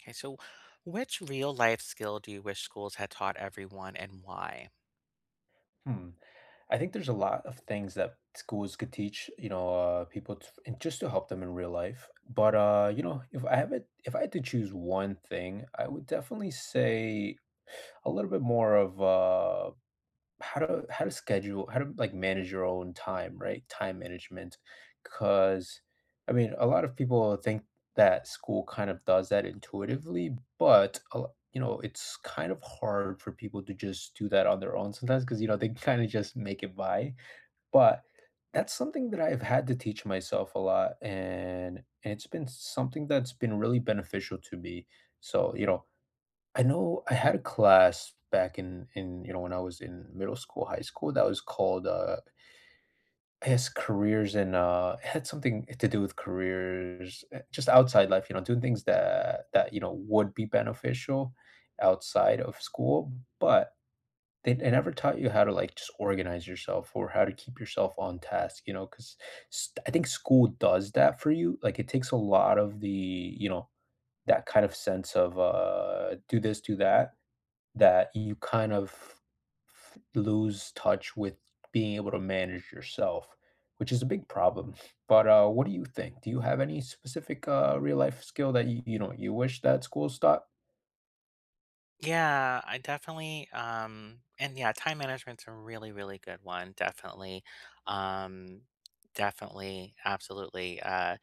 Okay, so which real life skill do you wish schools had taught everyone and why? Hmm. I think there's a lot of things that schools could teach, you know, people to, and just to help them in real life. But you know, if I had to choose one thing, I would definitely say a little bit more of how to schedule, how to, like, manage your own time, right? Time management. Because I mean, a lot of people think that school kind of does that intuitively, but you know, it's kind of hard for people to just do that on their own sometimes because you know, they kind of just make it by. But that's something that I've had to teach myself a lot, and it's been something that's been really beneficial to me. So you know, I know I had a class back in, you know, when I was in middle school, high school, that was called, I guess, careers, and it had something to do with careers, just outside life, you know, doing things that, you know, would be beneficial outside of school. But they never taught you how to, like, just organize yourself or how to keep yourself on task, you know, because I think school does that for you. Like, it takes a lot of the, you know, that kind of sense of, do this, do that, that you kind of f lose touch with being able to manage yourself, which is a big problem. But, what do you think? Do you have any specific, real life skill that you wish that schools taught? Yeah, I definitely and yeah, time management's a really, really good one. Definitely. Um definitely, absolutely. Uh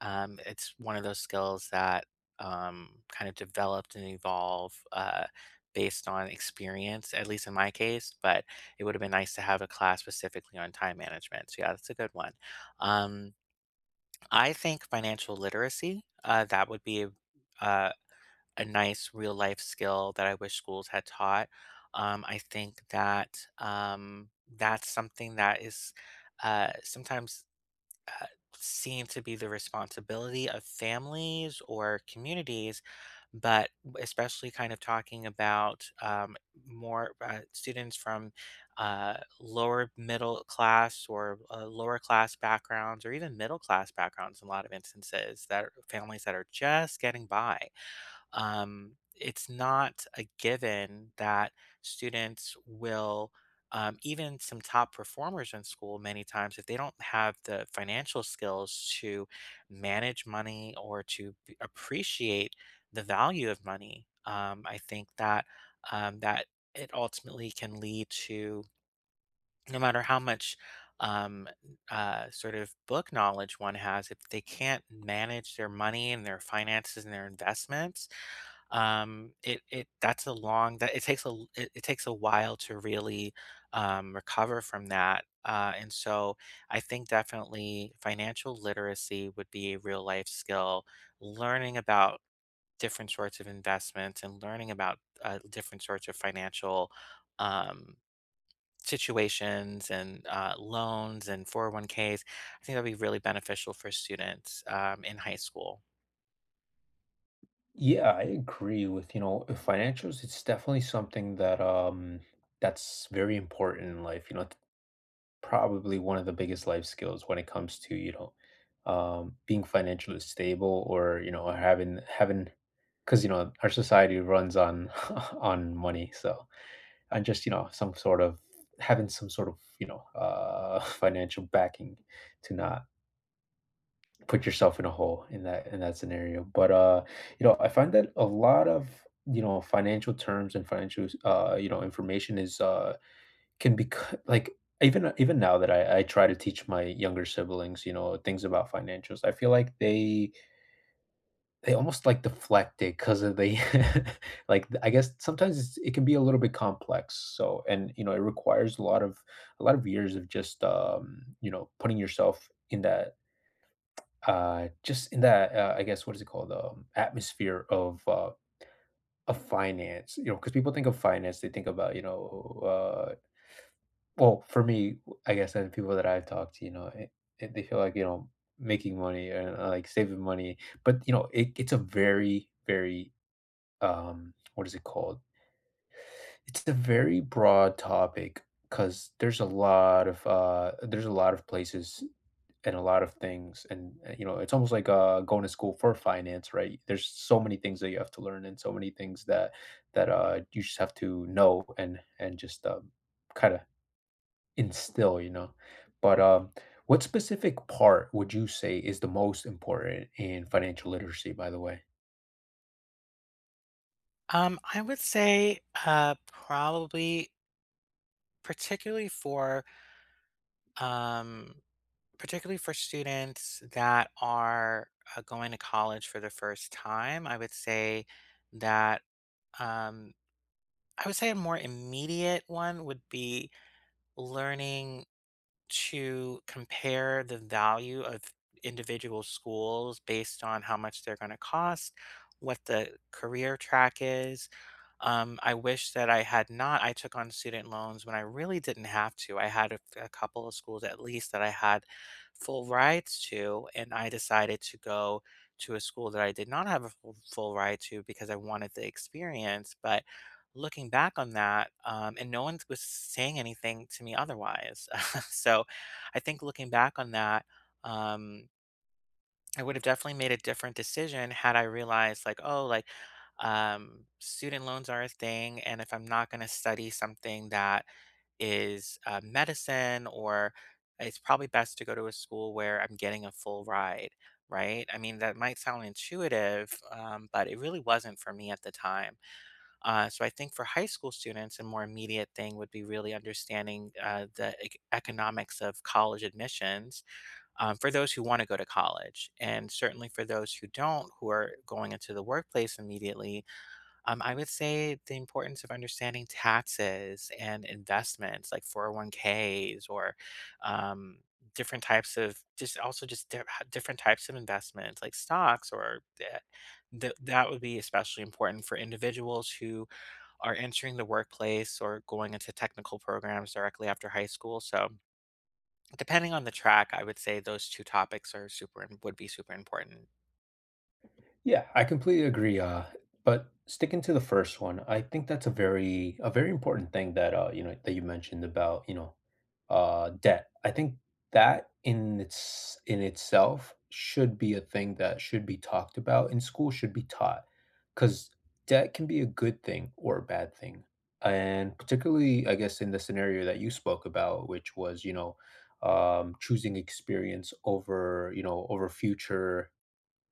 um It's one of those skills that kind of developed and evolved based on experience, at least in my case, but it would have been nice to have a class specifically on time management. So yeah, that's a good one. Um I think financial literacy, that would be uh, a nice real life skill that I wish schools had taught. I think that that's something that is sometimes uh, seem to be the responsibility of families or communities, but especially kind of talking about more students from lower middle class or lower class backgrounds or even middle class backgrounds in a lot of instances that are families that are just getting by. It's not a given that students will even some top performers in school many times if they don't have the financial skills to manage money or to appreciate the value of money. I think that it ultimately can lead to no matter how much um, sort of book knowledge one has if they can't manage their money and their finances and their investments it it That it takes it takes a while to really recover from that, and so I think definitely financial literacy would be a real life skill, learning about different sorts of investments and learning about different sorts of financial um situations and loans and 401ks. I think that'd be really beneficial for students in high school. Yeah, I agree with, you know, financials. It's definitely something that, that's very important in life. You know, it's probably one of the biggest life skills when it comes to, you know, being financially stable or, you know, having 'cause, you know, our society runs on on money. So and just, you know, some sort of having some sort of, you know, financial backing to not put yourself in a hole in that scenario. But, you know, I find that a lot of, you know, financial terms and financial, you know, information is, can be c like, even now that I try to teach my younger siblings, you know, things about financials, I feel like they almost, like, deflect it, 'cause of the like, I guess sometimes it can be a little bit complex. So and, you know, it requires a lot of years of just, you know, putting yourself in that, just in that, I guess, what is it called, atmosphere of finance. You know, because people think of finance, they think about, you know, uh well, for me, I guess, and people that I've talked to, you know, it they feel like, you know, making money and, like, saving money. But, you know, it's a very, very, what is it called? It's a very broad topic because there's a lot of there's a lot of places and a lot of things, and, you know, it's almost like, going to school for finance, right? There's so many things that you have to learn, and so many things that you just have to know and just, kind of instill, you know. But what specific part would you say is the most important in financial literacy, by the way? I would say probably particularly for um, particularly for students that are going to college for the first time. I would say that um, I would say a more immediate one would be learning to compare the value of individual schools based on how much they're going to cost, what the career track is. I wish that I had not. I took on student loans when I really didn't have to. I had a couple of schools at least that I had full rides to, and I decided to go to a school that I did not have a full, full ride to because I wanted the experience. But looking back on that, and no one was saying anything to me otherwise. So I think looking back on that, um, I would have definitely made a different decision had I realized like, oh, like student loans are a thing, and if I'm not going to study something that is medicine or it's probably best to go to a school where I'm getting a full ride, right? I mean, that might sound intuitive, but it really wasn't for me at the time. So I think for high school students, a more immediate thing would be really understanding the economics of college admissions, for those who want to go to college. And certainly for those who don't, who are going into the workplace immediately, I would say the importance of understanding taxes and investments like 401ks or um, different types of just also just different types of investments like stocks or that would be especially important for individuals who are entering the workplace or going into technical programs directly after high school. So depending on the track, I would say those 2 topics are super im would be super important. Yeah, I completely agree, but sticking to the first one, I think that's a very important thing that, you know, that you mentioned about, you know, debt. I think that in itself should be a thing that should be talked about in school, should be taught, because debt can be a good thing or a bad thing. And particularly, I guess, in the scenario that you spoke about, which was, you know, choosing experience over, you know, over future,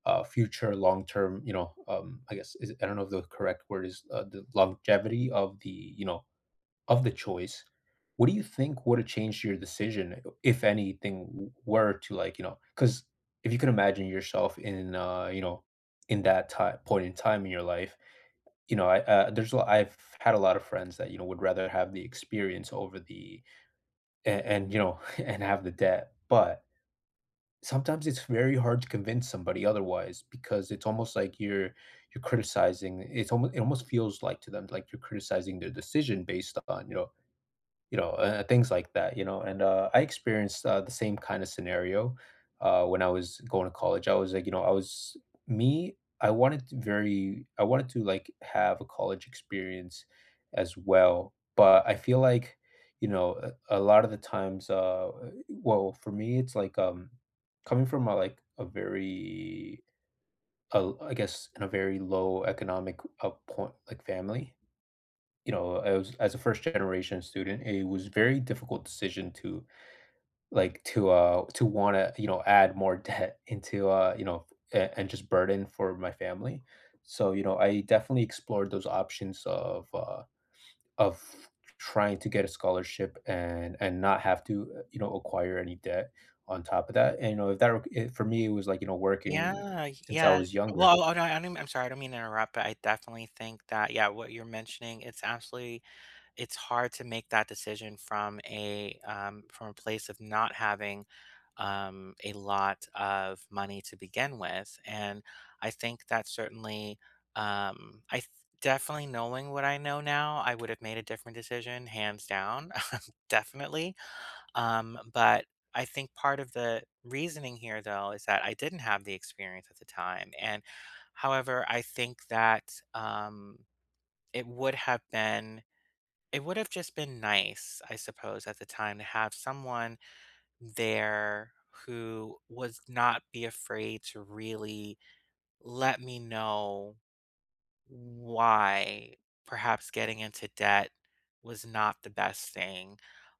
future long term, you know, I guess is, I don't know if the correct word is, the longevity of the, you know, of the choice. What do you think would have changed your decision, if anything, were to, like, you know, because if you can imagine yourself in, you know, in that time point in time in your life, you know, I there's a lot, I've had a lot of friends that you know would rather have the experience over the, and you know, and have the debt. But sometimes it's very hard to convince somebody otherwise, because it's almost like you're criticizing, it's almost, it almost feels like to them like you're criticizing their decision based on you know, you know, things like that, you know. And, I experienced, the same kind of scenario, when I was going to college. I was like, you know, I was me. I wanted to very, I wanted to, like, have a college experience as well. But I feel like, you know, a lot of the times, well, for me, it's like, coming from a, like a very, I guess, in a very low economic, point, like family, you know, I was, as a first generation student, it was very difficult decision to to, to want to, you know, add more debt into, you know, and just burden for my family. So, you know, I definitely explored those options of trying to get a scholarship and not have to, you know, acquire any debt on top of that. And you know, if that it, for me it was like, you know, working Yeah, since I yeah. was younger. Well, oh, no, I'm sorry, I don't mean to interrupt, but I definitely think that, yeah, what you're mentioning, it's hard to make that decision from from a place of not having a lot of money to begin with, and I think that certainly, I th definitely knowing what I know now, I would have made a different decision, hands down, definitely. But I think part of the reasoning here, though, is that I didn't have the experience at the time. And however, I think that it would have been, it would have just been nice, I suppose, at the time to have someone there who was not be afraid to really let me know why perhaps getting into debt was not the best thing,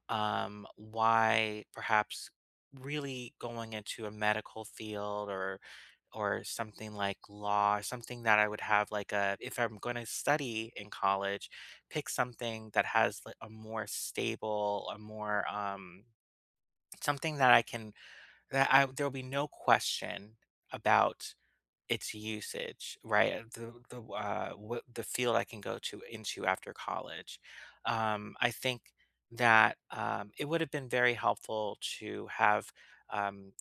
why perhaps really going into a medical field or something like law, something that I would have like a, if I'm going to study in college, pick something that has like a more stable, a more something that I can that I there'll be no question about it's usage, right? The What the field I can go to into after college. I think that it would have been very helpful to have um,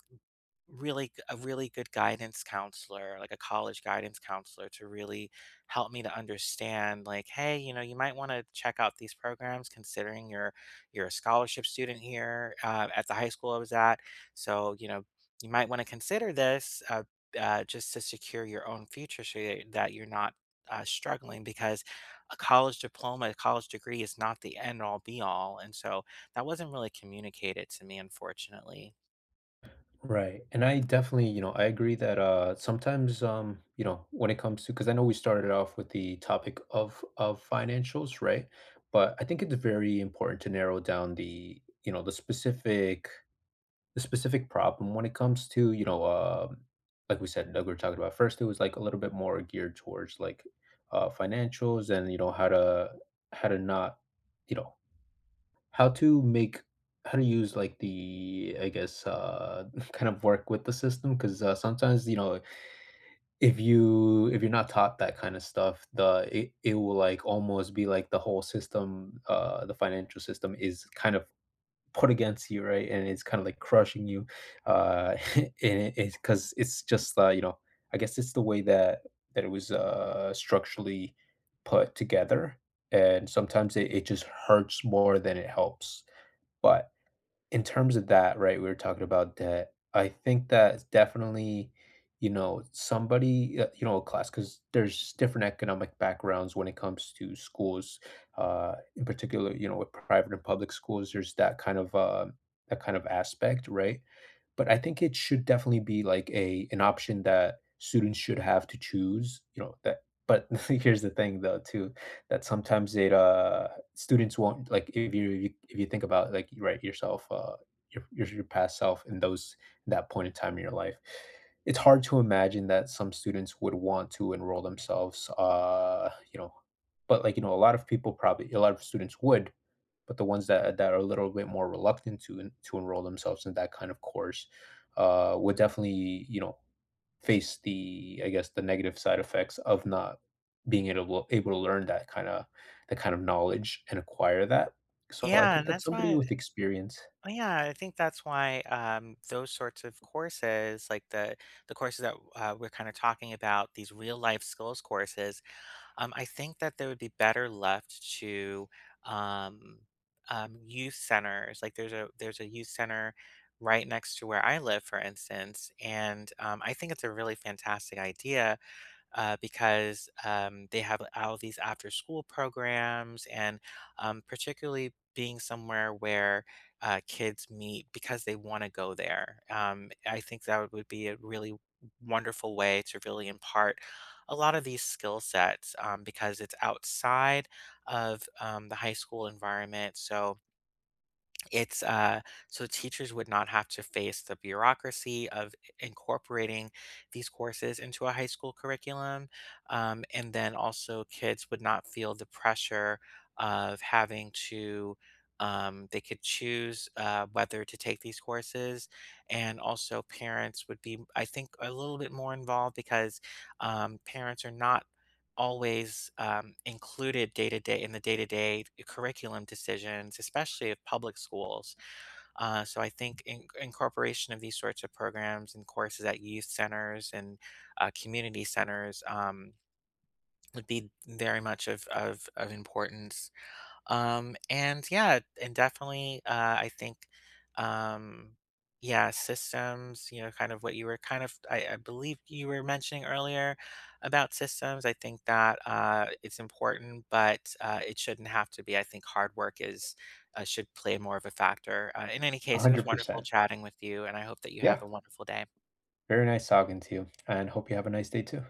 a really good guidance counselor, like a college guidance counselor, to really help me to understand like, hey, you know, you might want to check out these programs considering you're a scholarship student here, at the high school I was at. So you know, you might want to consider this, just to secure your own future so that you're not struggling, because a college diploma, a college degree, is not the end all be all, and so that wasn't really communicated to me, unfortunately. Right. And I definitely, you know, I agree that, sometimes, you know, when it comes to, because I know we started off with the topic of financials, right? But I think it's very important to narrow down the, you know, the specific, the specific problem when it comes to, you know, like we said, like we were talking about first, it was like a little bit more geared towards like, financials and you know how to not, you know, how to make, how to use like the I guess, kind of work with the system. Because, sometimes you know, if you if you're not taught that kind of stuff, the it, it will, like, almost be like the whole system, the financial system is kind of put against you, right? And it's kind of like crushing you, and it's because it's just, you know, I guess it's the way that it was, structurally put together. And sometimes it just hurts more than it helps. But in terms of that, right, we were talking about debt. I think that's definitely, you know, somebody, you know, a class, because there's different economic backgrounds when it comes to schools, in particular, you know, with private and public schools, there's that kind of aspect, right? But I think it should definitely be like a an option that students should have to choose, you know, that. But here's the thing though too, that sometimes students won't like, if you, if you think about, like, right, yourself, your your past self in those that point in time in your life, it's hard to imagine that some students would want to enroll themselves, you know. But like, you know, a lot of people, probably a lot of students would, but the ones that are a little bit more reluctant to enroll themselves in that kind of course, would definitely, you know, face the, I guess, the negative side effects of not being able to learn that kind of, that kind of knowledge, and acquire that. So I Yeah, think and that that's somebody why. with experience, Oh, yeah, I think that's why those sorts of courses, like the courses that we're kind of talking about, these real life skills courses, I think that they would be better left to um, youth centers. Like there's a youth center right next to where I live, for instance, and I think it's a really fantastic idea, because they have all these after school programs, and particularly being somewhere where kids meet because they want to go there. I think that would be a really wonderful way to really impart a lot of these skill sets, because it's outside of the high school environment. So it's so teachers would not have to face the bureaucracy of incorporating these courses into a high school curriculum, and then also kids would not feel the pressure of having to they could choose whether to take these courses, and also parents would be, I think, a little bit more involved, because parents are not always included day to day in the day to day curriculum decisions, especially of public schools. So I think incorporation of these sorts of programs and courses at youth centers and community centers would be very much of importance. And yeah, and definitely, I think, um, yeah, systems, you know, kind of what you were kind of, I believe you were mentioning earlier about systems. I think that it's important, but it shouldn't have to be. I think hard work is should play more of a factor. In any one case, it was hundred wonderful percent, chatting with you, and I hope that you have yeah, a wonderful day. very nice talking to you, and hope you have a nice day too.